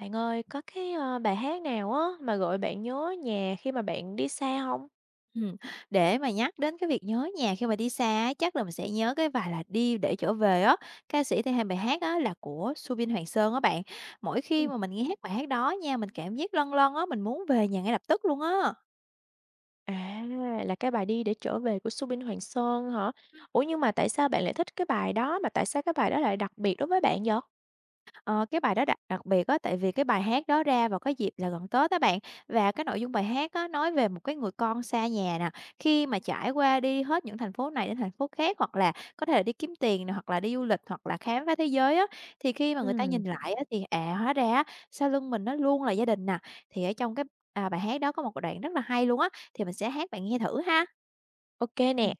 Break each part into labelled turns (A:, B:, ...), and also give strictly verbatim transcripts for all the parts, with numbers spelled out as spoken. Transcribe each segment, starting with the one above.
A: Bạn ơi, có cái, ơ, bài hát nào á mà gọi bạn nhớ nhà khi mà bạn đi xa không?
B: Ừm, để mà nhắc đến cái việc nhớ nhà khi mà đi xa á, chắc là mình sẽ nhớ cái bài là "Đi để trở về" á, ca sĩ thể hiện bài hát á là của Soobin Hoàng Sơn á bạn. Mỗi khi
A: Ừm.
B: mà mình nghe hát bài hát đó nha, mình cảm giác lâng lâng á, mình muốn về nhà ngay lập tức luôn á.
A: À, là cái bài "Đi để trở về" của Soobin Hoàng Sơn hả? Ủa, nhưng mà tại sao bạn lại thích cái bài đó, mà tại sao cái bài đó lại đặc biệt đối với bạn vậy?
B: Ờ, cái bài đó đặc đặc biệt á, tại vì cái bài hát đó ra vào cái dịp là gần Tết á bạn, và cái nội dung bài hát á, nói về một cái người con xa nhà nè, khi mà trải qua đi hết những thành phố này đến thành phố khác, hoặc là có thể là đi kiếm tiền nè, hoặc là đi du lịch, hoặc là khám phá thế giới á, thì khi mà người ta
A: Ừ,
B: nhìn lại á, thì, à, hóa ra á, sau lưng mình nó luôn là gia đình nè. Thì ở trong cái, à, bài hát đó có một đoạn rất là hay luôn á, thì mình sẽ hát bạn nghe thử ha.
A: ok nè,
B: Ừm.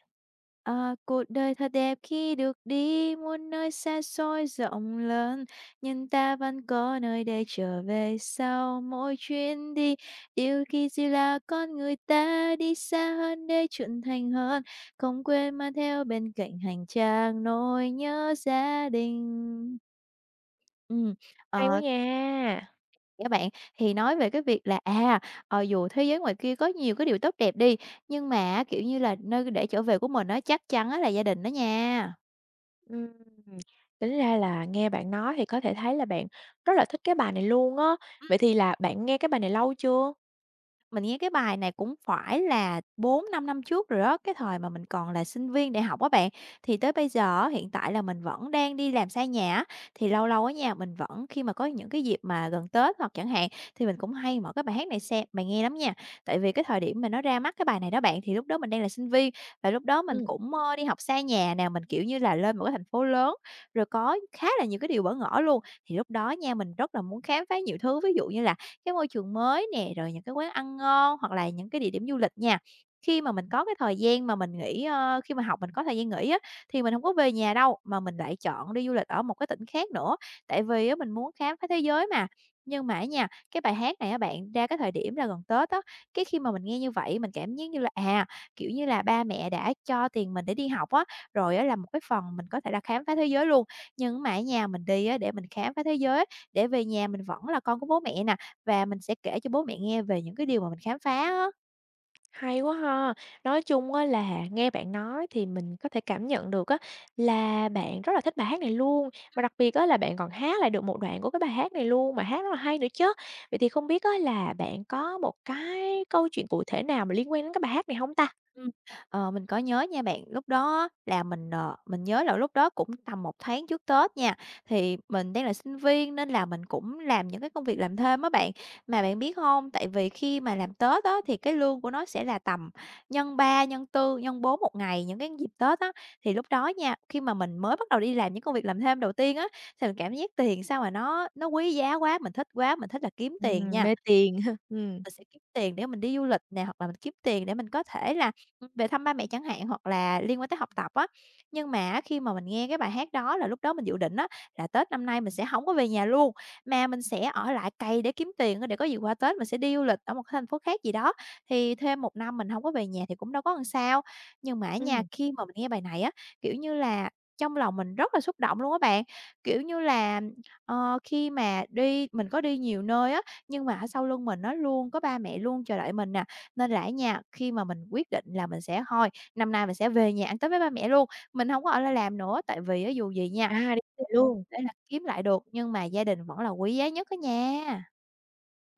B: Ờ, cuộc đời thật đẹp khi được đi muôn nơi xa xôi rộng lớn. Nhưng ta vẫn có nơi để trở về sau mỗi chuyến đi. Điều kỳ diệu là con người ta đi xa hơn để trưởng thành hơn, không quên mang theo bên cạnh hành trang nỗi nhớ gia đình. Ừm,
A: hay quá
B: ờ,
A: nha.
B: các bạn thì nói về cái việc là, à, ờ, dù thế giới ngoài kia có nhiều cái điều tốt đẹp đi, nhưng mà á, kiểu như là, nơi để trở về của mình nó chắc chắn á là gia đình đó nha.
A: Ừm, tính ra là nghe bạn nói thì có thể thấy là bạn rất là thích cái bài này luôn á. Vậy thì là bạn nghe cái bài này lâu chưa?
B: Mình nghe cái bài này cũng phải là bốn năm năm trước rồi đó, cái thời mà mình còn là sinh viên đại học á bạn. Thì tới bây giờ á, hiện tại là mình vẫn đang đi làm xa nhà á, thì lâu lâu ở nhà mình vẫn khi mà có những cái dịp mà gần Tết hoặc chẳng hạn, thì mình cũng hay mở cái bài hát này xem mình nghe lắm nha. Tại vì cái thời điểm mà nó ra mắt cái bài này đó bạn, thì lúc đó mình đang là sinh viên, và lúc đó mình
A: Ừ.
B: cũng, ơ, đi học xa nhà nè, mình, kiểu như là, lên một cái thành phố lớn, rồi có khá là nhiều cái điều bỡ ngỡ luôn. Thì lúc đó nha, mình rất là muốn khám phá nhiều thứ, ví dụ như là cái môi trường mới nè, rồi những cái quán ăn ngon hoặc là những cái địa điểm du lịch nha. Khi mà mình có cái thời gian mà mình nghỉ, ơ, khi mà học mình có thời gian nghỉ á, thì mình không có về nhà đâu, mà mình lại chọn đi du lịch ở một cái tỉnh khác nữa, tại vì á mình muốn khám phá thế giới mà. Nhưng mà á nha, cái bài hát này á bạn, ra cái thời điểm là gần Tết á, cái khi mà mình nghe như vậy mình cảm giác như là, à, kiểu như là, ba mẹ đã cho tiền mình để đi học á, rồi á là một cái phần mình có thể là khám phá thế giới luôn. Nhưng mà á nha, mình đi á để mình khám phá thế giới, á, để về nhà mình vẫn là con của bố mẹ nè, và mình sẽ kể cho bố mẹ nghe về những cái điều mà mình khám phá á.
A: Hay quá ha! Nói chung á là nghe bạn nói thì mình có thể cảm nhận được á là bạn rất là thích bài hát này luôn, và đặc biệt á là bạn còn hát lại được một đoạn của cái bài hát này luôn, mà hát rất là hay nữa chứ. Vậy thì không biết á là bạn có một cái câu chuyện cụ thể nào mà liên quan đến cái bài hát này không ta?
B: Ừm, ờ, mình có nhớ nha bạn, lúc đó á là mình, ờ, mình nhớ là lúc đó cũng tầm một tháng trước Tết nha, thì mình đang là sinh viên nên là mình cũng làm những cái công việc làm thêm á bạn. Mà bạn biết hông, tại vì khi mà làm Tết á thì cái lương của nó sẽ là tầm nhân ba nhân tư nhân bốn một ngày những cái dịp Tết á. Thì lúc đó nha, khi mà mình mới bắt đầu đi làm những công việc làm thêm đầu tiên á, thì mình cảm giác tiền sao mà nó nó quý giá quá, mình thích quá, mình thích là kiếm tiền
A: Ừm,
B: nha.
A: mê tiền ha, ừm.
B: Mình sẽ kiếm tiền để mình đi du lịch nè, hoặc là mình kiếm tiền để mình có thể là, ừm, về thăm ba mẹ chẳng hạn, hoặc là liên quan tới học tập á. Nhưng mà á, khi mà mình nghe cái bài hát đó là lúc đó mình dự định á, là Tết năm nay mình sẽ không có về nhà luôn, mà mình sẽ ở lại cày để kiếm tiền á, để có gì qua Tết mình sẽ đi du lịch ở một cái thành phố khác gì đó, thì thêm một năm mình không có về nhà thì cũng đâu có làm sao. Nhưng mà ở nhà
A: Ừm,
B: khi mà mình nghe bài này á, kiểu như là, trong lòng mình rất là xúc động luôn á bạn. Kiểu như là, ờ, khi mà đi mình có đi nhiều nơi á, nhưng mà ở sau lưng mình á, luôn có ba mẹ luôn chờ đợi mình nè, nên là ở nhà khi mà mình quyết định là mình sẽ thôi, năm nay mình sẽ về nhà ăn Tết với ba mẹ luôn, mình không có ở lại làm nữa, tại vì á dù gì nha
A: à, đi về luôn.
B: để là kiếm lại được, nhưng mà gia đình vẫn là quý giá nhất á nha.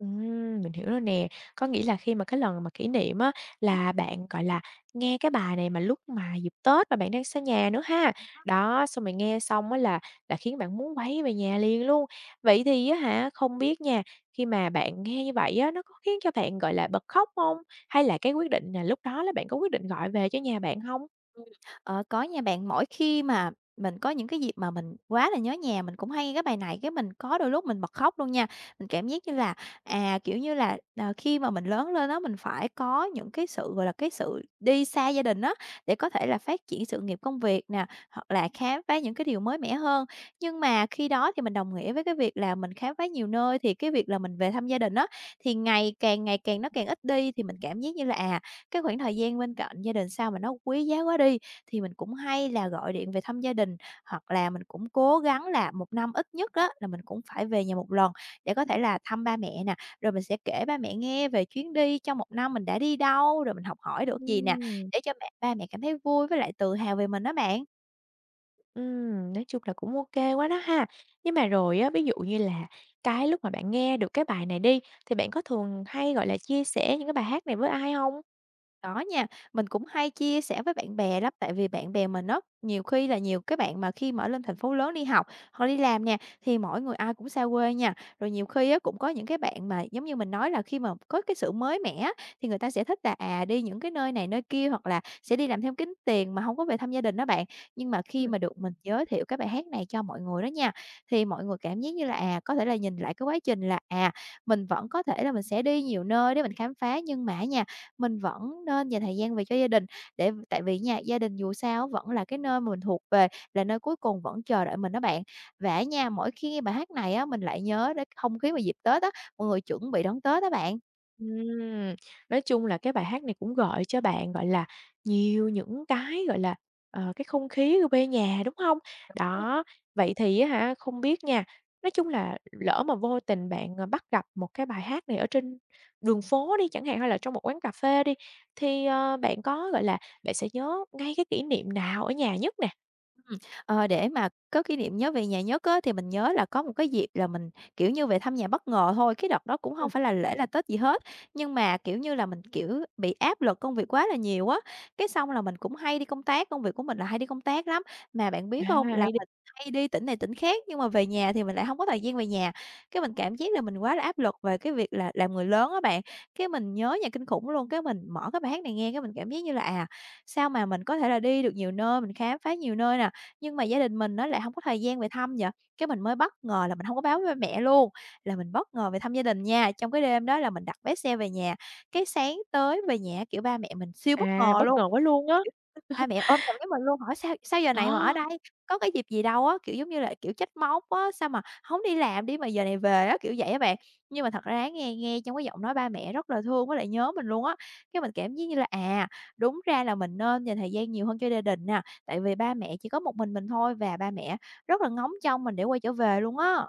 A: Ừm, mình hiểu rồi nè. Có nghĩa là khi mà cái lần mà kỷ niệm á, là bạn, gọi là, nghe cái bài này mà lúc mà dịp Tết mà bạn đang xa nhà nữa ha. Đó, xong rồi nghe xong á là là khiến bạn muốn quay về nhà liền luôn. Vậy thì á hả, không biết nha, khi mà bạn nghe như vậy á, nó có khiến cho bạn, gọi là, bật khóc hông? Hay là cái quyết định là lúc đó là bạn có quyết định gọi về cho nhà bạn hông?
B: Ờ, có nha bạn. Mỗi khi mà mình có những cái dịp mà mình quá là nhớ nhà, mình cũng hay nghe cái bài này, cái mình có đôi lúc mình bật khóc luôn nha. Mình cảm giác như là, à, kiểu như là, ờ, khi mà mình lớn lên đó mình phải có những cái sự, gọi là, cái sự đi xa gia đình đó để có thể là phát triển sự nghiệp công việc nè, hoặc là khám phá những cái điều mới mẻ hơn. Nhưng mà khi đó thì mình đồng nghĩa với cái việc là mình khám phá nhiều nơi, thì cái việc là mình về thăm gia đình đó thì ngày càng ngày càng nó càng ít đi, thì mình cảm giác như là, à, cái khoảng thời gian bên cạnh gia đình sao mà nó quý giá quá đi thì mình cũng hay là gọi điện về thăm gia đình, hoặc là mình cũng cố gắng là một năm ít nhất á là mình cũng phải về nhà một lần để có thể là thăm ba mẹ nè, rồi mình sẽ kể ba mẹ nghe về chuyến đi trong một năm mình đã đi đâu, rồi mình học hỏi được gì nè,
A: Ừm.
B: để cho mẹ ba mẹ cảm thấy vui với lại tự hào về mình đó bạn.
A: Ừm, nói chung là cũng ok quá đó ha. Nhưng mà rồi á, ví dụ như là cái lúc mà bạn nghe được cái bài này đi, thì bạn có thường hay, gọi là, chia sẻ những cái bài hát này với ai không?
B: Đó nha, mình cũng hay chia sẻ với bạn bè lắm, tại vì bạn bè mình á, nhiều khi là nhiều cái bạn mà khi mà ở lên thành phố lớn đi học hoặc đi làm nè, thì mỗi người ai cũng xa quê nha. Rồi nhiều khi á, cũng có những cái bạn mà giống như mình nói là khi mà có cái sự mới mẻ á, thì người ta sẽ thích là, à, đi những cái nơi này nơi kia hoặc là sẽ đi làm thêm kiếm tiền mà không có về thăm gia đình đó bạn. Nhưng mà khi mà được mình giới thiệu cái bài hát này cho mọi người đó nha, thì mọi người cảm giác như là, à, có thể là nhìn lại cái quá trình là, à, mình vẫn có thể là mình sẽ đi nhiều nơi để mình khám phá nhưng mà nha, mình vẫn nên dành thời gian về cho gia đình để tại vì nha, gia đình dù sao vẫn là cái nơi mà mình thuộc về, là nơi cuối cùng vẫn chờ đợi mình đó bạn. Và á nha, mỗi khi nghe bài hát này á, mình lại nhớ đến không khí vào dịp Tết á, mọi người chuẩn bị đón Tết đó bạn.
A: Ừm, nói chung là cái bài hát này cũng gợi cho bạn, gọi là, nhiều những cái, gọi là, ờ, cái không khí ở quê nhà, đúng không? Đó, vậy thì á hả, không biết nha, nói chung là lỡ mà vô tình bạn, ờ, bắt gặp một cái bài hát này ở trên đường phố đi chẳng hạn, hay là trong một quán cà phê đi, thì, ờ, bạn có, gọi là, bạn sẽ nhớ ngay cái kỷ niệm nào ở nhà nhất nè?
B: Ờ, để mà có kỷ niệm nhớ về nhà nhất á, thì mình nhớ là có một cái dịp là mình, kiểu như, về thăm nhà bất ngờ thôi, cái đợt đó cũng
A: Ừm,
B: không phải là lễ là Tết gì hết. Nhưng mà, kiểu như là, mình, kiểu, bị áp lực công việc quá là nhiều á, cái xong là mình cũng hay đi công tác, công việc của mình là hay đi công tác lắm. Mà bạn biết không
A: à,
B: là
A: hay đi.
B: mình hay đi tỉnh này tỉnh khác, nhưng mà về nhà thì mình lại không có thời gian về nhà. Cái mình cảm giác là mình quá là áp lực về cái việc là làm người lớn á bạn, cái mình nhớ nhà kinh khủng luôn. Cái mình mở cái bài hát này nghe, cái mình cảm giác như là, à, sao mà mình có thể là đi được nhiều nơi, mình khám phá nhiều nơi nè, nhưng mà gia đình mình nó lại không có thời gian về thăm vậy. Cái mình mới bất ngờ là mình không có báo với mẹ luôn, là mình bất ngờ về thăm gia đình nha. Trong cái đêm đó là mình đặt vé xe về nhà, cái sáng tới về nhà kiểu, ba mẹ mình siêu bất
A: À,
B: ngờ
A: bất
B: luôn.
A: ngờ quá luôn á.
B: Kiểu, ba mẹ ôm chầm lấy mình luôn, hỏi "Sao sao giờ này mà ở
A: Đó.
B: đây? Có cái dịp gì đâu á?" Kiểu, giống như là, kiểu, trách móc á, "Sao mà hổng đi làm đi mà giờ này về á?" Kiểu vậy á bạn. Nhưng mà thật ra á nghe nghe trong cái giọng nói ba mẹ rất là thương với lại nhớ mình luôn á, cái mình cảm giác như là, à, đúng ra là mình nên dành thời gian nhiều hơn cho gia đình nè, tại vì ba mẹ chỉ có một mình mình thôi và ba mẹ rất là ngóng trông mình để quay trở về luôn á.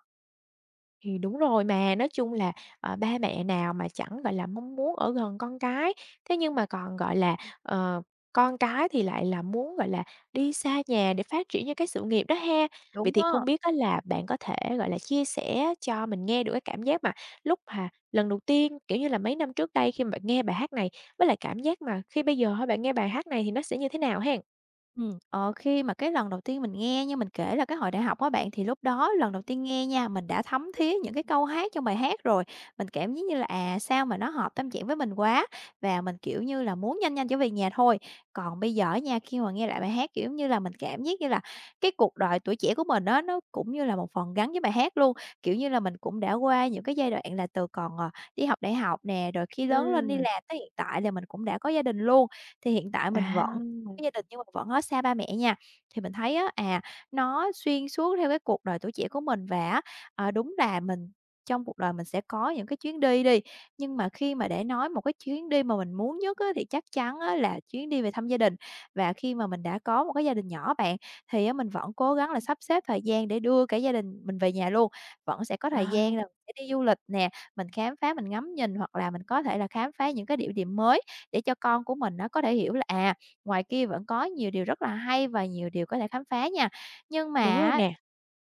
A: Thì đúng rồi mà, nói chung là, ờ, ba mẹ nào mà chẳng, gọi là, mong muốn ở gần con cái, thế nhưng mà còn, gọi là, ờ, con cái thì lại là muốn, gọi là, đi xa nhà để phát triển những cái sự nghiệp đó ha. Vậy
B: Đúng
A: thì không
B: á.
A: biết á là bạn có thể, gọi là, chia sẻ cho mình nghe được cái cảm giác mà lúc mà lần đầu tiên, kiểu như là, mấy năm trước đây khi mà bạn nghe bài hát này, với lại cảm giác mà khi bây giờ hả bạn nghe bài hát này thì nó sẽ như thế nào ha?
B: Ừm, ờ, khi mà cái lần đầu tiên mình nghe như mình kể là cái hồi đại học á bạn, thì lúc đó lần đầu tiên nghe nha, mình đã thấm thía những cái câu hát trong bài hát rồi. Mình cảm giác như là, à, sao mà nó hợp tâm trạng với mình quá, và mình, kiểu như là, muốn nhanh nhanh trở về nhà thôi. Còn bây giờ nha, khi mà nghe lại bài hát, kiểu như là, mình cảm giác như là cái cuộc đời tuổi trẻ của mình á, nó cũng như là một phần gắn với bài hát luôn. Kiểu như là, mình cũng đã qua những cái giai đoạn là từ còn, ờ, đi học đại học nè, rồi khi lớn lên đi
A: Ừm,
B: làm tới hiện tại là mình cũng đã có gia đình luôn. Thì hiện tại mình
A: à,
B: vẫn cái gia đình nhưng mà vẫn ở xa ba mẹ nha. Thì mình thấy á, à, nó xuyên suốt theo cái cuộc đời tuổi trẻ của mình và á, ờ, đúng là mình trong cuộc đời mình sẽ có những cái chuyến đi đi, nhưng mà khi mà để nói một cái chuyến đi mà mình muốn nhất á, thì chắc chắn á, là chuyến đi về thăm gia đình. Và khi mà mình đã có một cái gia đình nhỏ bạn, thì á, mình vẫn cố gắng là sắp xếp thời gian để đưa cả gia đình mình về nhà luôn. Vẫn sẽ có
A: à,
B: thời gian là sẽ đi du lịch nè, mình khám phá, mình ngắm nhìn hoặc là mình có thể là khám phá những cái địa điểm mới để cho con của mình nó có thể hiểu là, à, ngoài kia vẫn có nhiều điều rất là hay và nhiều điều có thể khám phá nha. Nhưng mà
A: đúng rồi
B: á,
A: nè,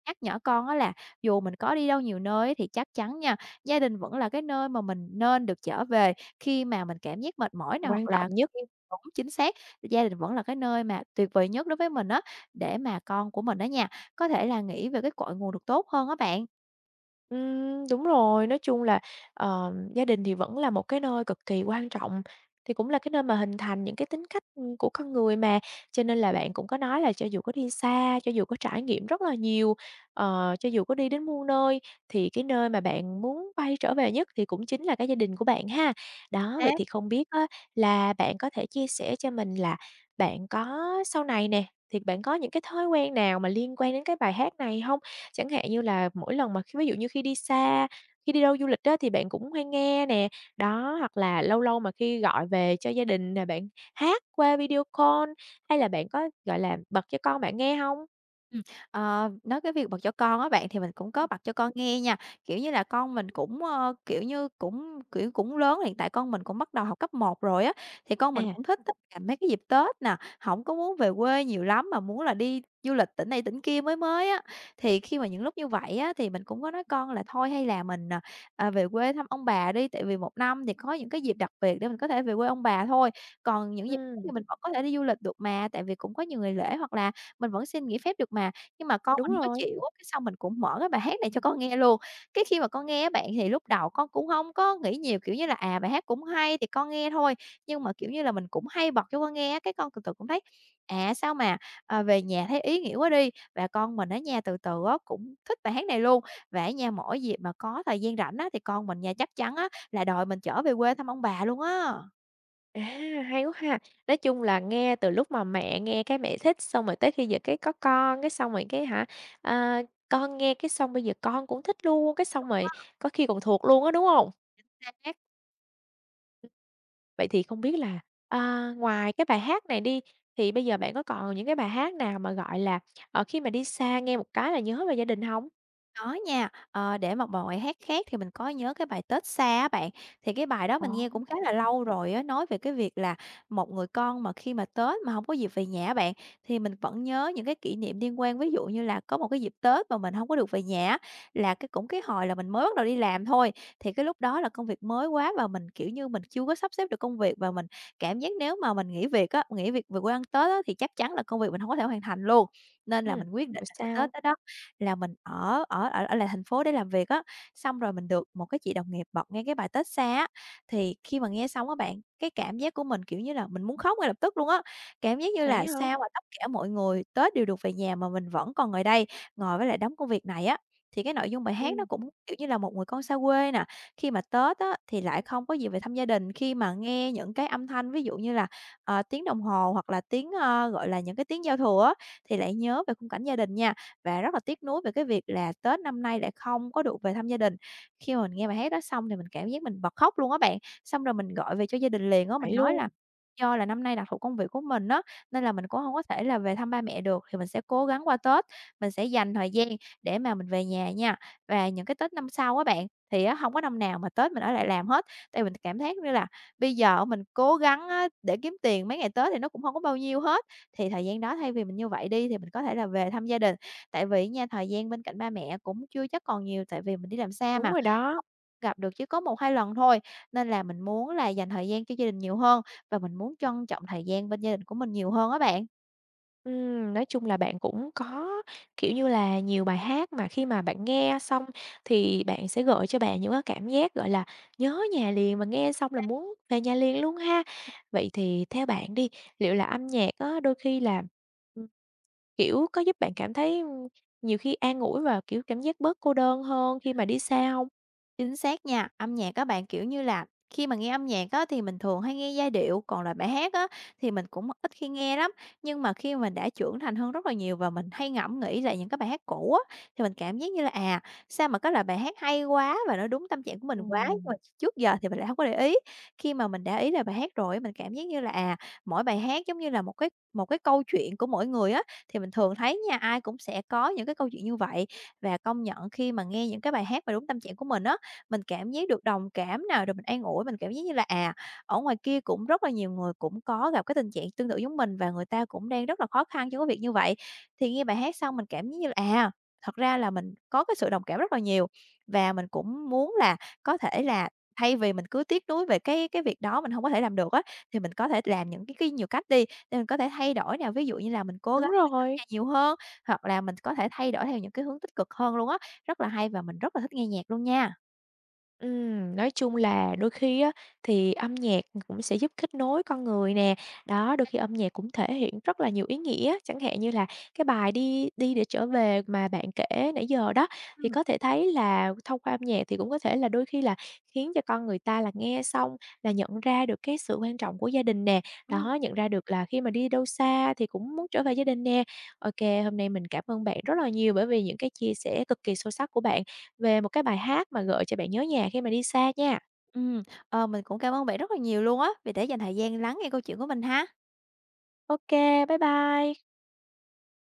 B: nhắc nhở con á là dù mình có đi đâu nhiều nơi thì chắc chắn nha, gia đình vẫn là cái nơi mà mình nên được trở về khi mà mình cảm giác mệt mỏi nè, hoặc
A: quan trọng
B: là
A: nhất.
B: khi. Đúng, chính xác, gia đình vẫn là cái nơi mà tuyệt vời nhất đối với mình á, để mà con của mình đó nha, có thể là nghĩ về cái cội nguồn được tốt hơn á bạn.
A: Ừm, đúng rồi, nói chung là, ờ, gia đình thì vẫn là một cái nơi cực kỳ quan trọng, thì cũng là cái nơi mà hình thành những cái tính cách, ừm, của con người mà. Cho nên là bạn cũng có nói là cho dù có đi xa, cho dù có trải nghiệm rất là nhiều, ờ, cho dù có đi đến muôn nơi, thì cái nơi mà bạn muốn quay trở về nhất thì cũng chính là cái gia đình của bạn ha. Đó, vậy
B: À.
A: thì không biết á là bạn có thể chia sẻ cho mình là bạn có sau này nè, thì bạn có những cái thói quen nào mà liên quan đến cái bài hát này không? Chẳng hạn như là mỗi lần mà khi ví dụ như khi đi xa, khi đi đâu du lịch á, thì bạn cũng hay nghe nè, đó, hoặc là lâu lâu mà khi gọi về cho gia đình nè, bạn hát qua video call, hay là bạn có, gọi là, bật cho con bạn nghe hông?
B: Ừm, ờ, nói cái việc bật cho con á bạn, thì mình cũng có bật cho con nghe nha. Kiểu như là, con mình cũng, ơ, kiểu như, cũng, kiểu, cũng lớn, hiện tại con mình cũng bắt đầu học cấp một rồi á, thì con mình
A: À,
B: cũng thích á là mấy cái dịp Tết nè, không có muốn về quê nhiều lắm mà muốn là đi du lịch tỉnh này tỉnh kia mới mới á. Thì khi mà những lúc như vậy á, thì mình cũng có nói con là thôi hay là mình, à, à, về quê thăm ông bà đi, tại vì một năm thì có những cái dịp đặc biệt để mình có thể về quê ông bà thôi, còn những dịp khác
A: ừm,
B: thì mình vẫn có thể đi du lịch được mà, tại vì cũng có nhiều ngày lễ hoặc là mình vẫn xin nghỉ phép được mà, nhưng mà con
A: đúng
B: mình nó
A: rồi.
B: chịu á, cái xong mình cũng mở cái bài hát này cho con nghe luôn. Cái khi mà con nghe á bạn, thì lúc đầu con cũng hông có nghĩ nhiều, kiểu như là, à, bài hát cũng hay thì con nghe thôi, nhưng mà, kiểu như là, mình cũng hay bật cho con nghe á, cái con từ từ cũng thấy, à, sao mà, ờ, về nhà thấy ý nghĩa quá đi. Và con mình á nha, từ từ á cũng thích bài hát này luôn, và á nha, mỗi dịp mà có thời gian rảnh á, thì con mình nha chắc chắn á là đòi mình chở về quê thăm ông bà luôn á.
A: À, hay quá ha! Nói chung là nghe từ lúc mà mẹ nghe cái mẹ thích, xong rồi tới khi giờ cái có con, cái xong rồi cái hả, à, con nghe cái xong bây giờ con cũng thích luôn, cái xong rồi có khi còn thuộc luôn á, đúng hông?
B: À.
A: Vậy thì không biết là, à, ngoài cái bài hát này đi, thì bây giờ bạn có còn những cái bài hát nào mà, gọi là, ở khi mà đi xa nghe một cái là nhớ về gia đình không?
B: Có nha, ờ, để mà bài hát khác thì mình có nhớ cái bài Tết Xa á bạn, thì cái bài đó
A: Ồ,
B: mình nghe cũng khá là lâu rồi á, nói về cái việc là một người con mà khi mà Tết mà không có dịp về nhà á bạn, thì mình vẫn nhớ những cái kỷ niệm liên quan. Ví dụ như là có một cái dịp Tết mà mình không có được về nhà á, là cái cũng cái hồi là mình mới bắt đầu đi làm thôi, thì cái lúc đó là công việc mới quá và mình, kiểu như, mình chưa có sắp xếp được công việc và mình cảm giác nếu mà mình nghỉ việc á, nghỉ việc về quê ăn Tết á, thì chắc chắn là công việc mình không có thể hoàn thành luôn. Nên là
A: ừm,
B: mình quyết định
A: rồi
B: là cái Tết
A: sao?
B: đó đó là mình ở ở ở ở lại thành phố để làm việc á, xong rồi mình được một cái chị đồng nghiệp bật nghe cái bài Tết Xa á, thì khi mà nghe xong á bạn, cái cảm giác của mình, kiểu như là, mình muốn khóc ngay lập tức luôn á. Cảm giác như
A: Vậy
B: là
A: hả?
B: sao mà tất cả mọi người Tết đều được về nhà mà mình vẫn còn ngồi đây, ngồi với lại đống công việc này á. Thì cái nội dung bài hát nó
A: Ừm,
B: cũng, kiểu như là, một người con xa quê nè, khi mà Tết á thì lại không có gì về thăm gia đình, khi mà nghe những cái âm thanh ví dụ như là, ờ, tiếng đồng hồ hoặc là tiếng, ơ, gọi là, những cái tiếng giao thừa á, thì lại nhớ về khung cảnh gia đình nha và rất là tiếc nuối về cái việc là Tết năm nay lại không có được về thăm gia đình. Khi mà mình nghe bài hát đó xong thì mình cảm giác mình bật khóc luôn á bạn. Xong rồi mình gọi về cho gia đình liền á, mình
A: vậy
B: nói
A: luôn,
B: là do là năm nay đặc thù công việc của mình á, nên là mình cũng không có thể là về thăm ba mẹ được, thì mình sẽ cố gắng qua Tết, mình sẽ dành thời gian để mà mình về nhà nha. Và những cái Tết năm sau á bạn, thì á không có năm nào mà Tết mình ở lại làm hết, tại mình cảm thấy như là bây giờ mình cố gắng á để kiếm tiền mấy ngày Tết thì nó cũng không có bao nhiêu hết. Thì thời gian đó thay vì mình như vậy đi thì mình có thể là về thăm gia đình, tại vì nha, thời gian bên cạnh ba mẹ cũng chưa chắc còn nhiều, tại vì mình đi làm xa
A: đúng
B: mà,
A: rồi đó.
B: gặp được chỉ có một hai lần thôi, nên là mình muốn là dành thời gian cho gia đình nhiều hơn và mình muốn trân trọng thời gian bên gia đình của mình nhiều hơn á bạn.
A: Ừm, nói chung là bạn cũng có, kiểu như là, nhiều bài hát mà khi mà bạn nghe xong thì bạn sẽ gợi cho bạn những cái cảm giác, gọi là, nhớ nhà liền và nghe xong là muốn về nhà liền luôn ha. Vậy thì theo bạn đi, liệu là âm nhạc á, đôi khi là, ừm, kiểu, có giúp bạn cảm thấy, ưm, nhiều khi an ủi và, kiểu, cảm giác bớt cô đơn hơn khi mà đi xa không?
B: Chính xác nha, âm nhạc các bạn, kiểu như là, khi mà nghe âm nhạc á thì mình thường hay nghe giai điệu, còn là bài hát á thì mình cũng ít khi nghe lắm. Nhưng mà khi mà mình đã trưởng thành hơn rất là nhiều và mình hay ngẫm nghĩ lại những cái bài hát cũ á, thì mình cảm giác như là, à, sao mà có loại bài hát hay quá và nó đúng tâm trạng của mình quá, nhưng mà
A: Ừm.
B: trước giờ thì mình lại không có để ý. Khi mà mình đã ý lại bài hát rồi mình cảm giác như là, à, mỗi bài hát giống như là một cái một cái câu chuyện của mỗi người á, thì mình thường thấy nha, ai cũng sẽ có những cái câu chuyện như vậy. Và công nhận khi mà nghe những cái bài hát mà đúng tâm trạng của mình á, mình cảm giác được đồng cảm nào rồi mình an ủi, mình cảm giác như là, à, ở ngoài kia cũng rất là nhiều người cũng có gặp cái tình trạng tương tự giống mình và người ta cũng đang rất là khó khăn trong cái việc như vậy. Thì nghe bài hát xong mình cảm giác như là, à, thật ra là mình có cái sự đồng cảm rất là nhiều và mình cũng muốn là có thể là thay vì mình cứ tiếc nuối về cái cái việc đó mình không có thể làm được á, thì mình có thể làm những cái cái nhiều cách đi, để mình có thể thay đổi nè. Ví dụ như là mình cố
A: Đúng
B: gắng về
A: rồi.
B: âm nhiều hơn, hoặc là mình có thể thay đổi theo những cái hướng tích cực hơn luôn á, rất là hay và mình rất là thích nghe nhạc luôn nha.
A: Ừm, nói chung là đôi khi á, thì âm nhạc cũng sẽ giúp kết nối con người nè. Đó, đôi khi âm nhạc cũng thể hiện rất là nhiều ý nghĩa, chẳng hạn như là cái bài "Đi đi để trở về" mà bạn kể nãy giờ đó, thì
B: Ừm.
A: có thể thấy là thông qua âm nhạc thì cũng có thể là đôi khi là khiến cho con người ta là nghe xong là nhận ra được cái sự quan trọng của gia đình nè.
B: Ừm,
A: Đó, nhận ra được là khi mà đi đâu xa thì cũng muốn trở về gia đình nè. Ok, hôm nay mình cảm ơn bạn rất là nhiều bởi vì những cái chia sẻ cực kỳ sâu sắc của bạn về một cái bài hát mà gợi cho bạn nhớ nhà khi mà đi xa nha.
B: ừm, ờ, mình cũng cảm ơn bạn rất là nhiều luôn á, vì đã dành thời gian lắng nghe câu chuyện của mình ha.
A: Ok, bye bye.